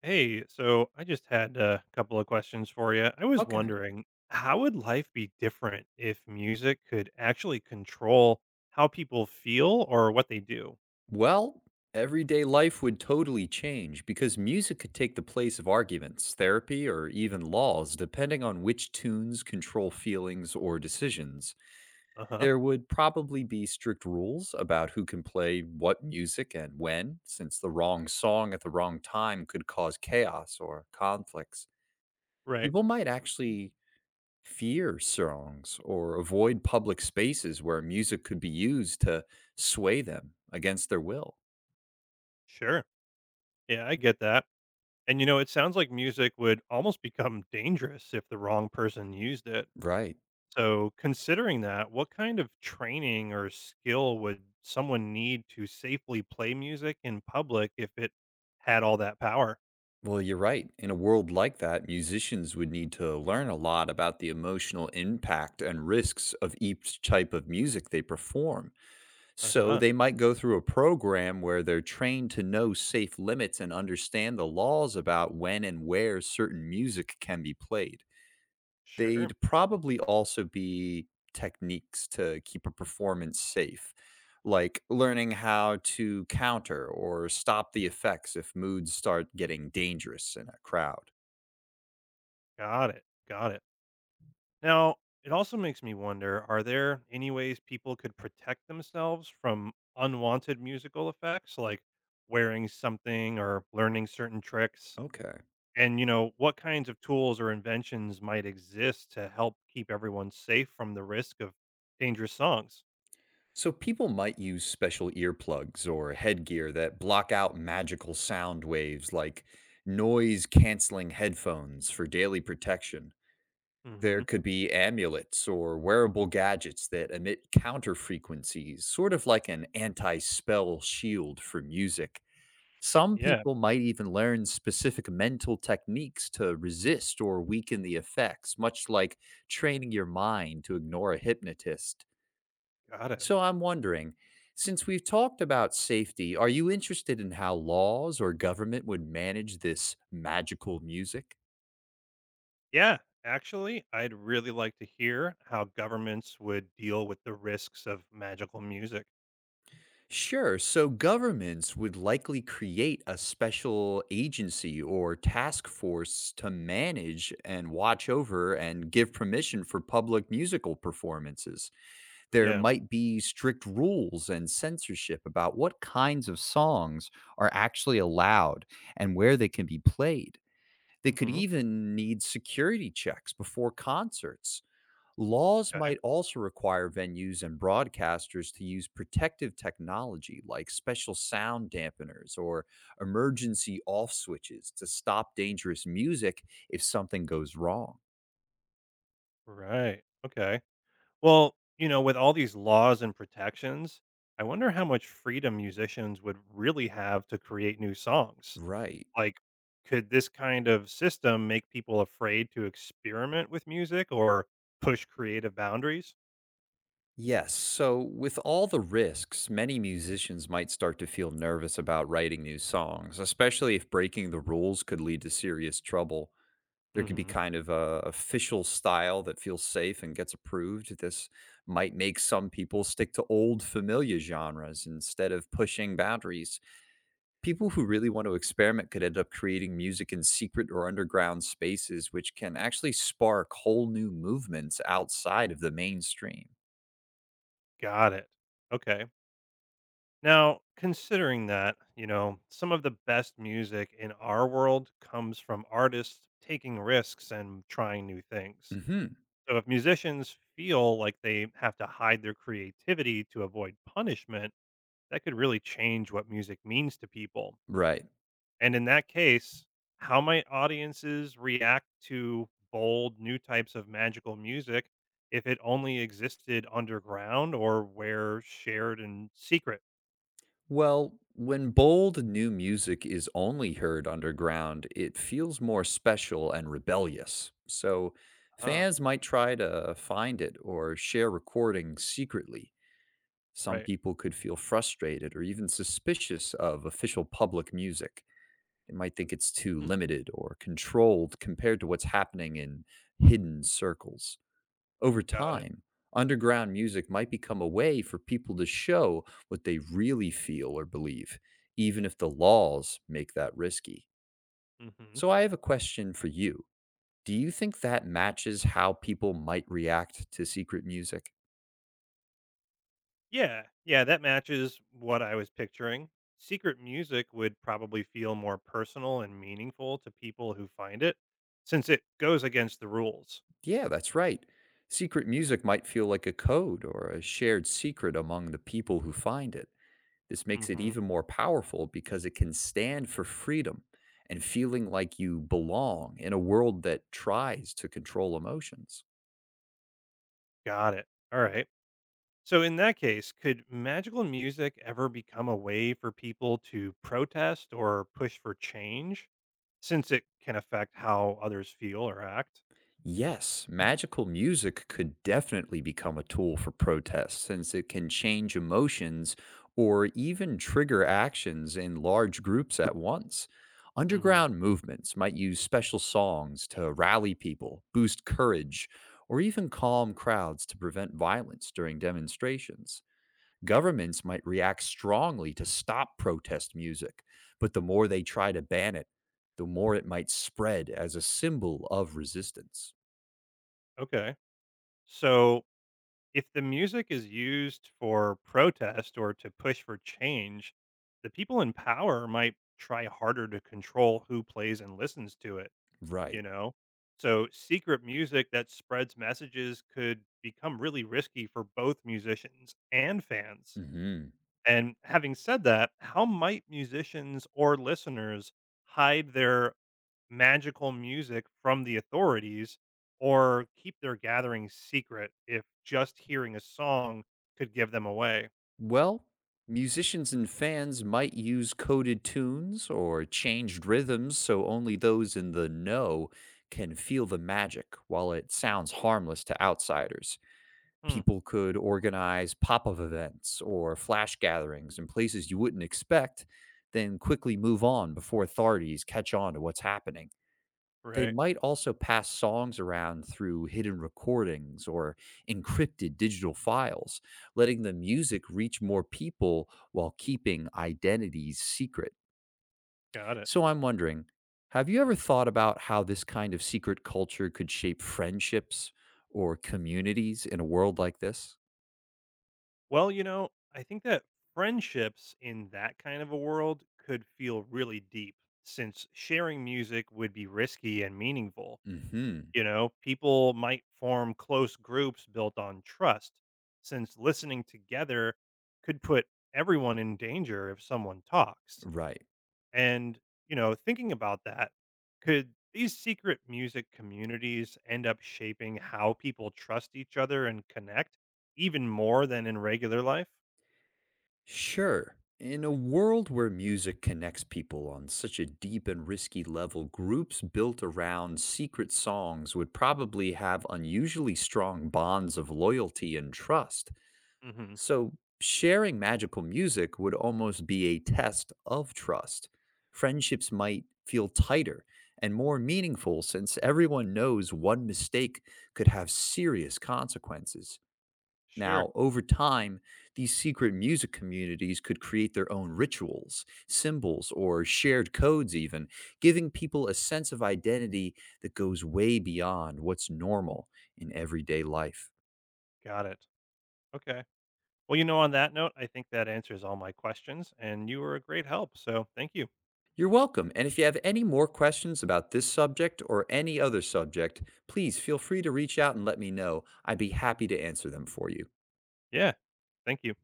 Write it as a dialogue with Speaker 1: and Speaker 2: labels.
Speaker 1: Hey, so I just had a couple of questions for you. I was
Speaker 2: Okay.
Speaker 1: wondering, how would life be different if music could actually control how people feel or what they do?
Speaker 2: Well, everyday life would totally change because music could take the place of arguments, therapy, or even laws, depending on which tunes control feelings or decisions.
Speaker 1: Uh huh.
Speaker 2: There would probably be strict rules about who can play what music and when, since the wrong song at the wrong time could cause chaos or conflicts.
Speaker 1: Right.
Speaker 2: People might actually fear songs or avoid public spaces where music could be used to sway them against their will.
Speaker 1: Sure. Yeah, I get that. And it sounds like music would almost become dangerous if the wrong person used it.
Speaker 2: Right.
Speaker 1: So, considering that, what kind of training or skill would someone need to safely play music in public if it had all that power?
Speaker 2: Well, you're right. In a world like that, musicians would need to learn a lot about the emotional impact and risks of each type of music they perform.
Speaker 1: Uh
Speaker 2: So
Speaker 1: huh.
Speaker 2: they might go through a program where they're trained to know safe limits and understand the laws about when and where certain music can be played.
Speaker 1: Sure.
Speaker 2: They'd probably also be techniques to keep a performance safe, like learning how to counter or stop the effects if moods start getting dangerous in a crowd.
Speaker 1: Got it. Got it. Now, it also makes me wonder, are there any ways people could protect themselves from unwanted musical effects, like wearing something or learning certain tricks?
Speaker 2: Okay.
Speaker 1: And, what kinds of tools or inventions might exist to help keep everyone safe from the risk of dangerous songs?
Speaker 2: So people might use special earplugs or headgear that block out magical sound waves like noise canceling headphones for daily protection. There
Speaker 1: Hmm.
Speaker 2: could be amulets or wearable gadgets that emit counter frequencies, sort of like an anti spell shield for music. Some
Speaker 1: Yeah,
Speaker 2: people might even learn specific mental techniques to resist or weaken the effects, much like training your mind to ignore a hypnotist.
Speaker 1: got it.
Speaker 2: So I'm wondering, since we've talked about safety, are you interested in how laws or government would manage this magical music?
Speaker 1: Yeah, actually, I'd really like to hear how governments would deal with the risks of magical music.
Speaker 2: Sure. So governments would likely create a special agency or task force to manage and watch over and give permission for public musical performances. There
Speaker 1: Yeah.
Speaker 2: might be strict rules and censorship about what kinds of songs are actually allowed and where they can be played. They could
Speaker 1: Hmm.
Speaker 2: even need security checks before concerts. Laws might also require venues and broadcasters to use protective technology like special sound dampeners or emergency off switches to stop dangerous music if something goes wrong.
Speaker 1: Right. Okay. Well, with all these laws and protections, I wonder how much freedom musicians would really have to create new songs.
Speaker 2: Right.
Speaker 1: Like, could this kind of system make people afraid to experiment with music or push creative boundaries?
Speaker 2: Yes. So, with all the risks, many musicians might start to feel nervous about writing new songs, especially if breaking the rules could lead to serious trouble. There could be
Speaker 1: Hmm.
Speaker 2: kind of a official style that feels safe and gets approved. This might make some people stick to old familiar genres instead of pushing boundaries. People who really want to experiment could end up creating music in secret or underground spaces, which can actually spark whole new movements outside of the mainstream.
Speaker 1: Got it. Okay. Now, considering that, some of the best music in our world comes from artists taking risks and trying new things.
Speaker 2: hmm
Speaker 1: So if musicians feel like they have to hide their creativity to avoid punishment, that could really change what music means to people.
Speaker 2: Right.
Speaker 1: And in that case, how might audiences react to bold new types of magical music if it only existed underground or were shared in secret?
Speaker 2: Well, when bold new music is only heard underground, it feels more special and rebellious. So
Speaker 1: Ah,
Speaker 2: fans might try to find it or share recordings secretly. Some
Speaker 1: right.
Speaker 2: people could feel frustrated or even suspicious of official public music. They might think it's too
Speaker 1: Hmm,
Speaker 2: limited or controlled compared to what's happening in hidden circles. Over
Speaker 1: got it.
Speaker 2: time, underground music might become a way for people to show what they really feel or believe, even if the laws make that risky.
Speaker 1: Hmm.
Speaker 2: So, I have a question for you. Do you think that matches how people might react to secret music?
Speaker 1: Yeah, yeah, that matches what I was picturing. Secret music would probably feel more personal and meaningful to people who find it since it goes against the rules.
Speaker 2: Yeah, that's right. Secret music might feel like a code or a shared secret among the people who find it. This makes it
Speaker 1: Mhm.
Speaker 2: even more powerful because it can stand for freedom and feeling like you belong in a world that tries to control emotions.
Speaker 1: Got it. All right. So in that case, could magical music ever become a way for people to protest or push for change since it can affect how others feel or act?
Speaker 2: Yes, magical music could definitely become a tool for protest since it can change emotions or even trigger actions in large groups at once.
Speaker 1: Mhm.
Speaker 2: Underground movements might use special songs to rally people, boost courage, or even calm crowds to prevent violence during demonstrations. Governments might react strongly to stop protest music, but the more they try to ban it, the more it might spread as a symbol of resistance.
Speaker 1: Okay. So if the music is used for protest or to push for change, the people in power might try harder to control who plays and listens to it, you
Speaker 2: Right.
Speaker 1: know? So, secret music that spreads messages could become really risky for both musicians and fans.
Speaker 2: hmm
Speaker 1: And having said that, how might musicians or listeners hide their magical music from the authorities or keep their gatherings secret if just hearing a song could give them away.
Speaker 2: Well, musicians and fans might use coded tunes or changed rhythms so only those in the know can feel the magic while it sounds harmless to outsiders.
Speaker 1: Hmm,
Speaker 2: People could organize pop-up events or flash gatherings in places you wouldn't expect, then quickly move on before authorities catch on to what's happening. They
Speaker 1: right.
Speaker 2: might also pass songs around through hidden recordings or encrypted digital files, letting the music reach more people while keeping identities secret.
Speaker 1: Got it.
Speaker 2: So I'm wondering, have you ever thought about how this kind of secret culture could shape friendships or communities in a world like this?
Speaker 1: Well, I think that friendships in that kind of a world could feel really deep since sharing music would be risky and meaningful.
Speaker 2: Mhm.
Speaker 1: People might form close groups built on trust since listening together could put everyone in danger if someone talks.
Speaker 2: Right.
Speaker 1: And, thinking about that, could these secret music communities end up shaping how people trust each other and connect even more than in regular life?
Speaker 2: Sure. In a world where music connects people on such a deep and risky level, groups built around secret songs would probably have unusually strong bonds of loyalty and trust.
Speaker 1: Hmm.
Speaker 2: So, sharing magical music would almost be a test of trust. Friendships might feel tighter and more meaningful since everyone knows one mistake could have serious consequences.
Speaker 1: Sure.
Speaker 2: Now, over time, these secret music communities could create their own rituals, symbols, or shared codes, even giving people a sense of identity that goes way beyond what's normal in everyday life.
Speaker 1: Got it. Okay. Well, on that note, I think that answers all my questions, and you were a great help. So thank you.
Speaker 2: You're welcome. And if you have any more questions about this subject or any other subject, please feel free to reach out and let me know. I'd be happy to answer them for you.
Speaker 1: Yeah. Thank you.